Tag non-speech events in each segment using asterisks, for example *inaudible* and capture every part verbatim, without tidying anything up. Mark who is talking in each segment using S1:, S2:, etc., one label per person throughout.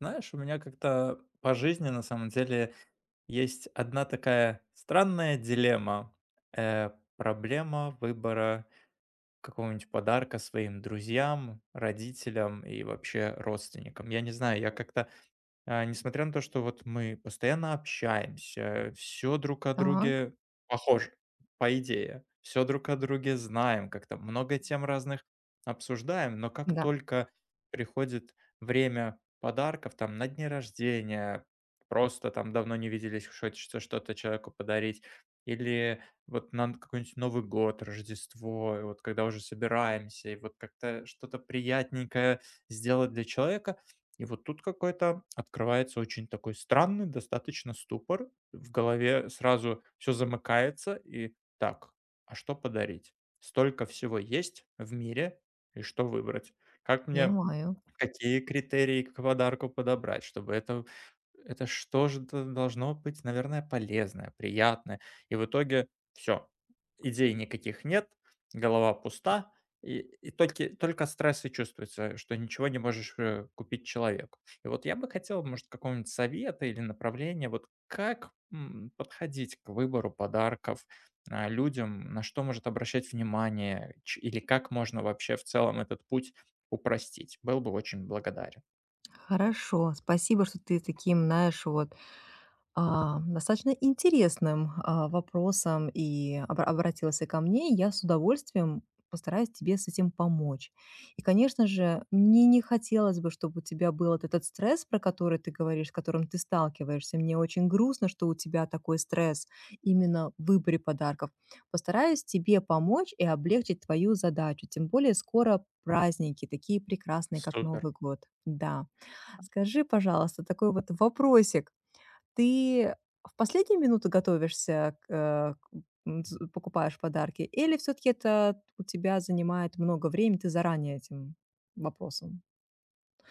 S1: Знаешь, у меня как-то по жизни на самом деле есть одна такая странная дилемма. Э, Проблема выбора какого-нибудь подарка своим друзьям, родителям и вообще родственникам. Я не знаю, я как-то а, несмотря на то, что вот мы постоянно общаемся, все друг о
S2: Так,
S1: друге похоже, по идее, все друг о друге знаем, как-то много тем разных обсуждаем. Но как
S2: да,
S1: только приходит время подарков, там, на дни рождения, просто там давно не виделись, хочется что-то человеку подарить, или вот на какой-нибудь Новый год, Рождество, и вот когда уже собираемся, и вот как-то что-то приятненькое сделать для человека, и вот тут какой-то открывается очень такой странный достаточно ступор. В голове сразу все замыкается: и: «Так, а что подарить? Столько всего есть в мире, и что выбрать? Как мне?
S2: понимаю.
S1: Какие критерии к подарку подобрать, чтобы это это что же д должно быть? Наверное, полезное, приятное». И в итоге все идей никаких нет, голова пуста, и и только только стресс и чувствуется, что ничего не можешь, э, купить человеку. И вот я бы хотел, может, какого-нибудь совета или направления, вот как, м, подходить к выбору подарков, а, людям, на что может обращать внимание, ч или как можно вообще в целом этот путь упростить. Был бы очень благодарен.
S2: Хорошо. Спасибо, что ты таким, знаешь, вот а, достаточно интересным, а, вопросом и обра обратилась и ко мне. Я с удовольствием постараюсь тебе с этим помочь. И, конечно же, мне не хотелось бы, чтобы у тебя был вот этот стресс, про который ты говоришь, с которым ты сталкиваешься. Мне очень грустно, что у тебя такой стресс именно в выборе подарков. Постараюсь тебе помочь и облегчить твою задачу, тем более скоро праздники, такие прекрасные, как
S1: Супер.
S2: Новый год. Да. Скажи, пожалуйста, такой вот вопросик. Ты в последние минуты готовишься к, э, к м, з покупаешь подарки или все таки это у тебя занимает много времени, ты заранее этим вопросом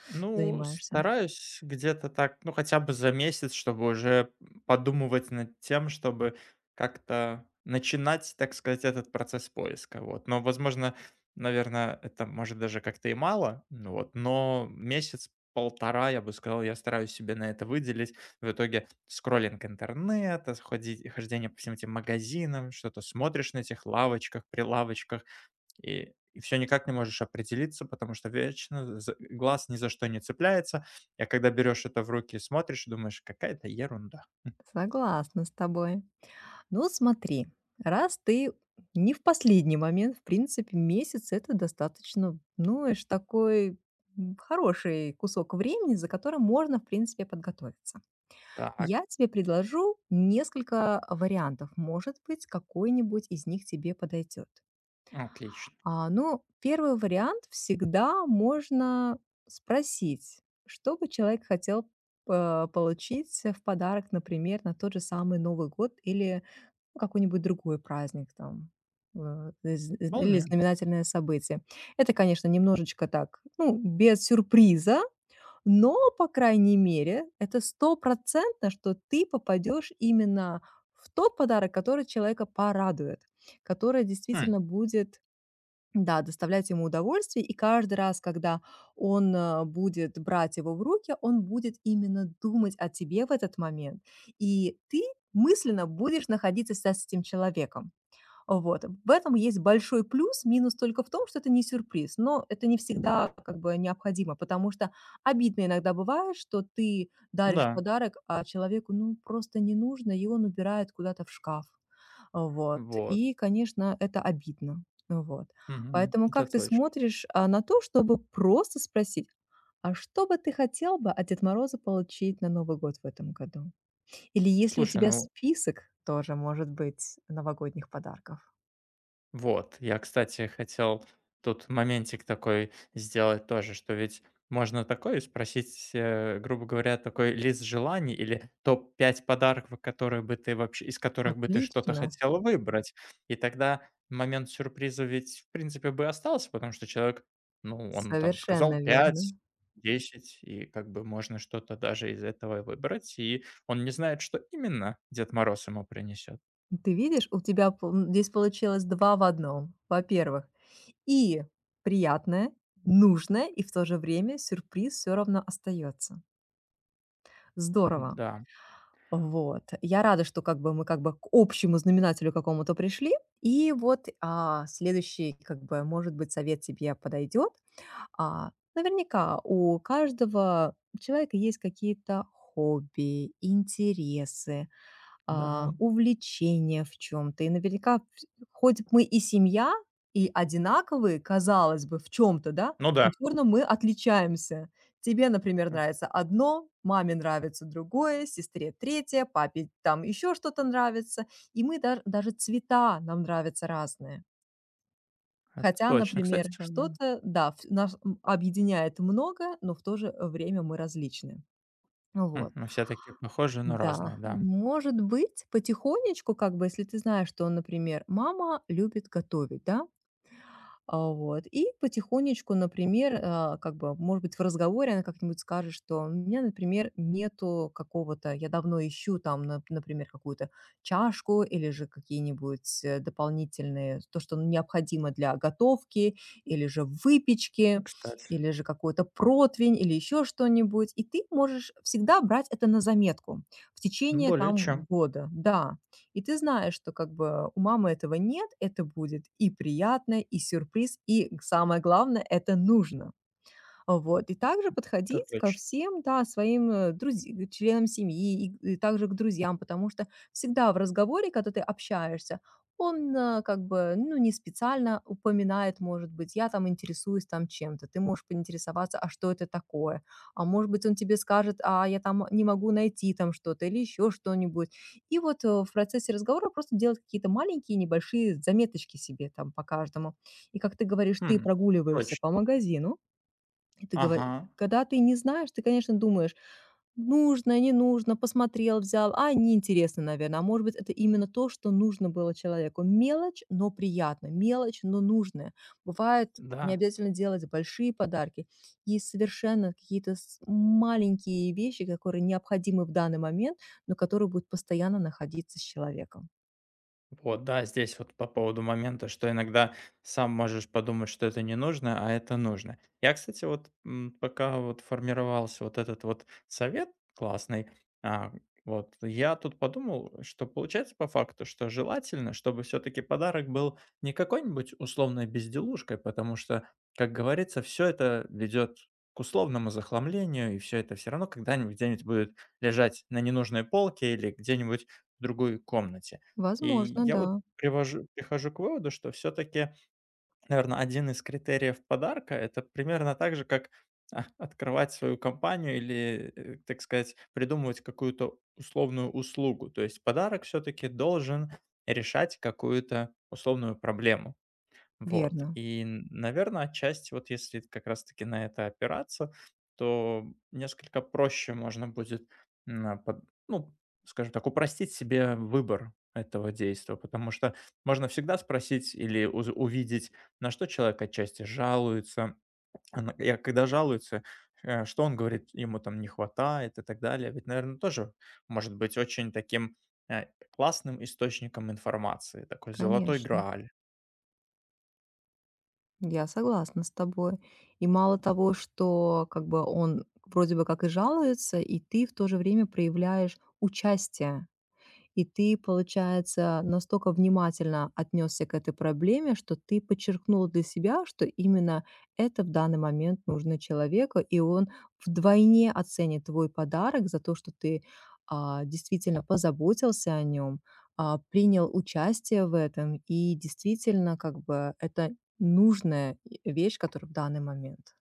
S1: Ну,
S2: занимаешься?
S1: стараюсь где-то так, ну, хотя бы за месяц, чтобы уже подумывать над тем, чтобы как-то начинать, так сказать, этот процесс поиска. Вот. Но, возможно, наверное, это может даже как-то и мало, ну вот, но месяц полтора, я бы сказал, я стараюсь себе на это выделить. В итоге скроллинг интернета, сходи- хождение по всем этим магазинам, что-то смотришь на этих лавочках, прилавочках, И и всё никак не можешь определиться, потому что вечно з глаз ни за что не цепляется. А когда берешь это в руки и смотришь, думаешь: «Какая-то ерунда».
S2: Согласна с тобой. Ну, смотри, раз ты не в последний момент, в принципе, месяц- это достаточно, ну, эш такой, м, хороший кусок времени, за которым можно, в принципе, подготовиться.
S1: Так,
S2: Я тебе предложу несколько вариантов. Может быть, какой-нибудь из них тебе подойдет.
S1: отлично.
S2: А, ну, первый вариант всегда можно спросить, что бы человек хотел э, получить в подарок, например, на тот же самый Новый год или ну, какой-нибудь другой праздник там э, из- из- или
S1: Вполне.
S2: знаменательное событие. Это, конечно, немножечко так, ну, без сюрприза, но, по крайней мере, это стопроцентно, что ты попадешь именно в тот подарок, который человека порадует, который
S1: Хм,
S2: действительно будет, да, доставлять ему удовольствие. И каждый раз, когда он, э, будет брать его в руки, он будет именно думать о тебе в этот момент. И ты мысленно будешь находиться с с этим человеком. Вот. В этом есть большой плюс, минус только в том, что это не сюрприз, но это не всегда как бы необходимо, потому что обидно иногда бывает, что ты даришь
S1: да,
S2: подарок, а человеку, ну, просто не нужно, и он убирает куда-то в шкаф. Вот.
S1: вот.
S2: И, конечно, это обидно. Вот.
S1: Мгм.
S2: Поэтому
S1: Это
S2: как ты
S1: точно.
S2: смотришь а, на то, чтобы просто спросить, а что бы ты хотел бы от Деда Мороза получить на Новый год в этом году? Или если у
S1: Слушай,
S2: тебя
S1: ну
S2: список тоже может быть новогодних подарков?
S1: вот, я, кстати, хотел тут моментик такой сделать тоже, что ведь можно такое спросить, э, грубо говоря, такой лист желаний или топ пять подарков, которые бы ты вообще, из которых бы ты что-то
S2: Отлично,
S1: хотела выбрать. И тогда момент сюрприза ведь, в принципе, бы остался, потому что человек, ну, он там сказал
S2: совершенно верно.
S1: пять, десять, и как бы можно что-то даже из этого выбрать, и он не знает, что именно Дед Мороз ему принесет.
S2: Ты видишь, у тебя пол м, здесь получилось два в одном. Во-первых, и приятное, нужное, и в то же время сюрприз все равно остается. Здорово.
S1: Да,
S2: Вот. Я рада, что как бы мы как бы к общему знаменателю какому-то пришли. И вот, а, следующий, как бы, может быть, совет тебе подойдет. А, наверняка у каждого человека есть какие-то хобби, интересы, а,
S1: да.
S2: увлечение в чем то. И наверняка вс хоть мы и семья, и одинаковые, казалось бы, в чем то, да,
S1: Ну
S2: но
S1: да.
S2: всё равно мы отличаемся. Тебе, например, нравится одно, маме нравится другое, сестре третье, папе там еще что-то нравится. И мы дар даже цвета нам нравятся разные.
S1: Это
S2: Хотя,
S1: точно, кстати,
S2: например,
S1: да.
S2: что-то, да, ф нас м объединяет много, но в то же время мы различны.
S1: М,
S2: Вот.
S1: мы все такие похожие, но разные,
S2: Да,
S1: да.
S2: может быть, потихонечку, как бы, если ты знаешь, что, например, мама любит готовить, да, а, вот. И потихонечку, например, а, как бы, может быть, в разговоре она как-нибудь скажет, что у меня, например, нету какого-то, я давно ищу там, нап- например, какую-то чашку или же какие-нибудь э, дополнительные, то, что необходимо для готовки, или же выпечки,
S1: Кстати,
S2: или же какой-то противень, или еще что-нибудь. И ты можешь всегда брать это на заметку в течение
S1: более
S2: там
S1: чем.
S2: года. Да, и ты знаешь, что как бы у мамы этого нет, это будет и приятно, и сюрприз, и самое главное, это нужно. А, вот. И также
S1: Это
S2: подходить ко
S1: точно.
S2: всем, да, своим, э, друзи членам семьи и и также к друзьям, потому что всегда в разговоре, когда ты общаешься, он, э, как бы, ну, не специально упоминает, может быть: "Я там интересуюсь там чем-то". Ты можешь поинтересоваться: "А что это такое?" А может быть, он тебе скажет: "А я там не могу найти там что-то" или еще что-нибудь. И вот, э, в процессе разговора просто делать какие-то маленькие небольшие заметочки себе там по каждому. И, как ты говоришь, ты
S1: М,
S2: прогуливаешься
S1: точно.
S2: по магазину, и ты говоришь,
S1: Ага,
S2: когда ты не знаешь, ты, конечно, думаешь: "Нужно, не нужно". Посмотрел, взял. А, неинтересно, наверное. А может быть, это именно то, что нужно было человеку. Мелочь, но приятно. Мелочь, но нужная. Бывает, не
S1: да.
S2: обязательно делать большие подарки. Есть совершенно какие-то с маленькие вещи, которые необходимы в данный момент, но которые будут постоянно находиться с человеком.
S1: Вот, да, здесь вот по поводу момента, что иногда сам можешь подумать, что это не нужно, а это нужно. Я, кстати, вот м, пока вот формировался вот этот вот совет классный, а, вот я тут подумал, что получается по факту, что желательно, чтобы все-таки подарок был не какой-нибудь условной безделушкой, потому что, как говорится, все это ведет к условному захламлению, и все это все равно когда-нибудь где-нибудь будет лежать на ненужной полке или где-нибудь в другой комнате. И
S2: Возможно,
S1: я вот
S2: да.
S1: привожу прихожу к выводу, что, все таки наверное, один из критериев подарка — это примерно так же, как, а, открывать свою компанию или, э, так сказать, придумывать какую-то условную услугу. То есть подарок все таки должен решать какую-то условную проблему. Вот.
S2: Верно.
S1: И, наверное, отчасти вот если как раз-таки на это опираться, то несколько проще можно будет, м, под- ну, скажем так, упростить себе выбор этого действия, потому что можно всегда спросить или уз- увидеть, на что человек отчасти жалуется, а на- и а когда жалуется, э, что он говорит, ему там не хватает и так далее. Ведь, наверное, тоже может быть очень таким э, классным источником информации, такой золотой
S2: Конечно.
S1: грааль.
S2: Я согласна с тобой. И мало того, что как бы он вроде бы как и жалуется, и ты в то же время проявляешь участие. И ты, получается, настолько внимательно отнесся к этой проблеме, что ты подчеркнул для себя, что именно это в данный момент нужно человеку, и он вдвойне оценит твой подарок за то, что ты а, действительно позаботился о нем, а, принял участие в этом, и действительно, как бы, это нужная и- вещь, которая в данный момент.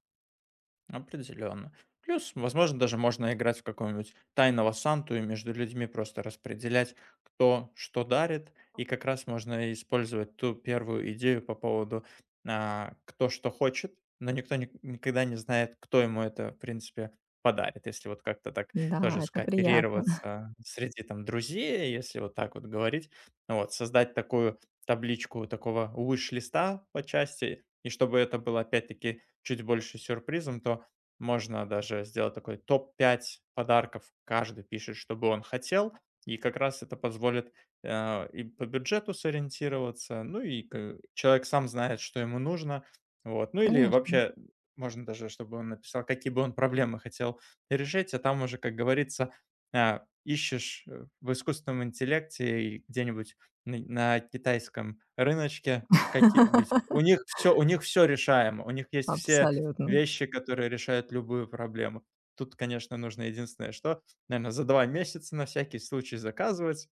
S1: Определенно. Плюс, возможно, даже можно играть в какого-нибудь тайного Санту и между людьми просто распределять, кто что дарит. И как раз можно использовать ту первую идею по поводу а, кто что хочет, но никто ни- никогда не знает, кто ему это, в принципе, подарит. Если вот как-то так тоже
S2: Да, это приятно. *laughs*
S1: скооперироваться среди там друзей, если вот так вот говорить, ну вот создать такую табличку такого wish-листа по части, и чтобы это было опять-таки чуть больше сюрпризом, то можно даже сделать такой топ пять подарков. Каждый пишет, что бы он хотел. И как раз это позволит, а, и по бюджету сориентироваться, ну и к человек сам знает, что ему нужно. Вот. Ну или
S2: Конечно.
S1: вообще можно даже, чтобы он написал, какие бы он проблемы хотел решить, а там уже, как говорится, а, ищешь, э, в искусственном интеллекте и где-нибудь н на китайском рыночке, ш каки ведь
S2: *laughs*
S1: у них все, у них все решаемо, у них есть все
S2: Абсолютно.
S1: вещи, которые решают любую проблему. Тут, конечно, нужно единственное что, наверное, за два месяца на всякий случай заказывать,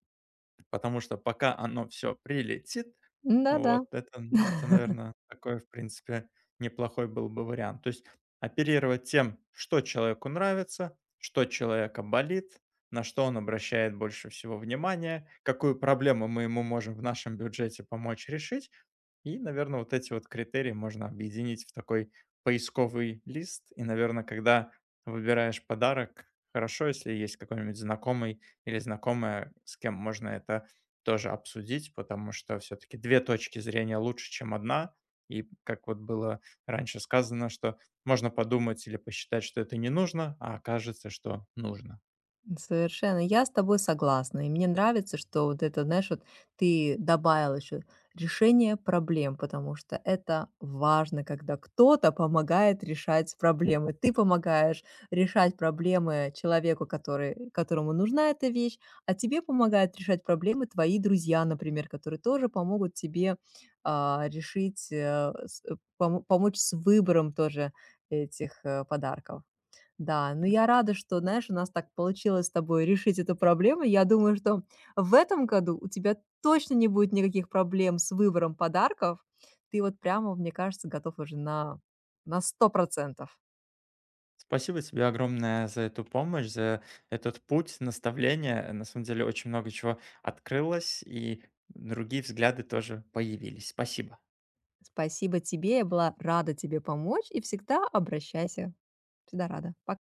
S1: потому что пока оно все прилетит,
S2: Да-да.
S1: вот это, это, наверное, такой, в принципе, неплохой был бы вариант. То есть оперировать тем, что человеку нравится, что человека болит, на что он обращает больше всего внимания, какую проблему мы ему можем в нашем бюджете помочь решить. И, наверное, вот эти вот критерии можно объединить в такой поисковый лист. И, наверное, когда выбираешь подарок, хорошо, если есть какой-нибудь знакомый или знакомая, с кем можно это тоже обсудить, потому что все-таки две точки зрения лучше, чем одна. И как вот было раньше сказано, что можно подумать или посчитать, что это не нужно, а окажется, что нужно.
S2: Совершенно. Я с тобой согласна. И мне нравится, что вот это, знаешь, вот ты добавил еще решение проблем, потому что это важно, когда кто-то помогает решать проблемы. Ты помогаешь решать проблемы человеку, который, которому нужна эта вещь, а тебе помогают решать проблемы твои друзья, например, которые тоже помогут тебе а, решить, э, с- э, помо- помочь с выбором тоже этих э, подарков. Да, но я рада, что, знаешь, у нас так получилось с тобой решить эту проблему. Я думаю, что в этом году у тебя точно не будет никаких проблем с выбором подарков. Ты вот прямо, мне кажется, готов уже на, на, сто процентов.
S1: Спасибо тебе огромное за эту помощь, за этот путь наставления. На самом деле очень много чего открылось, и другие взгляды тоже появились. Спасибо.
S2: Спасибо тебе, я была рада тебе помочь и всегда обращайся. Всегда рада. Пока.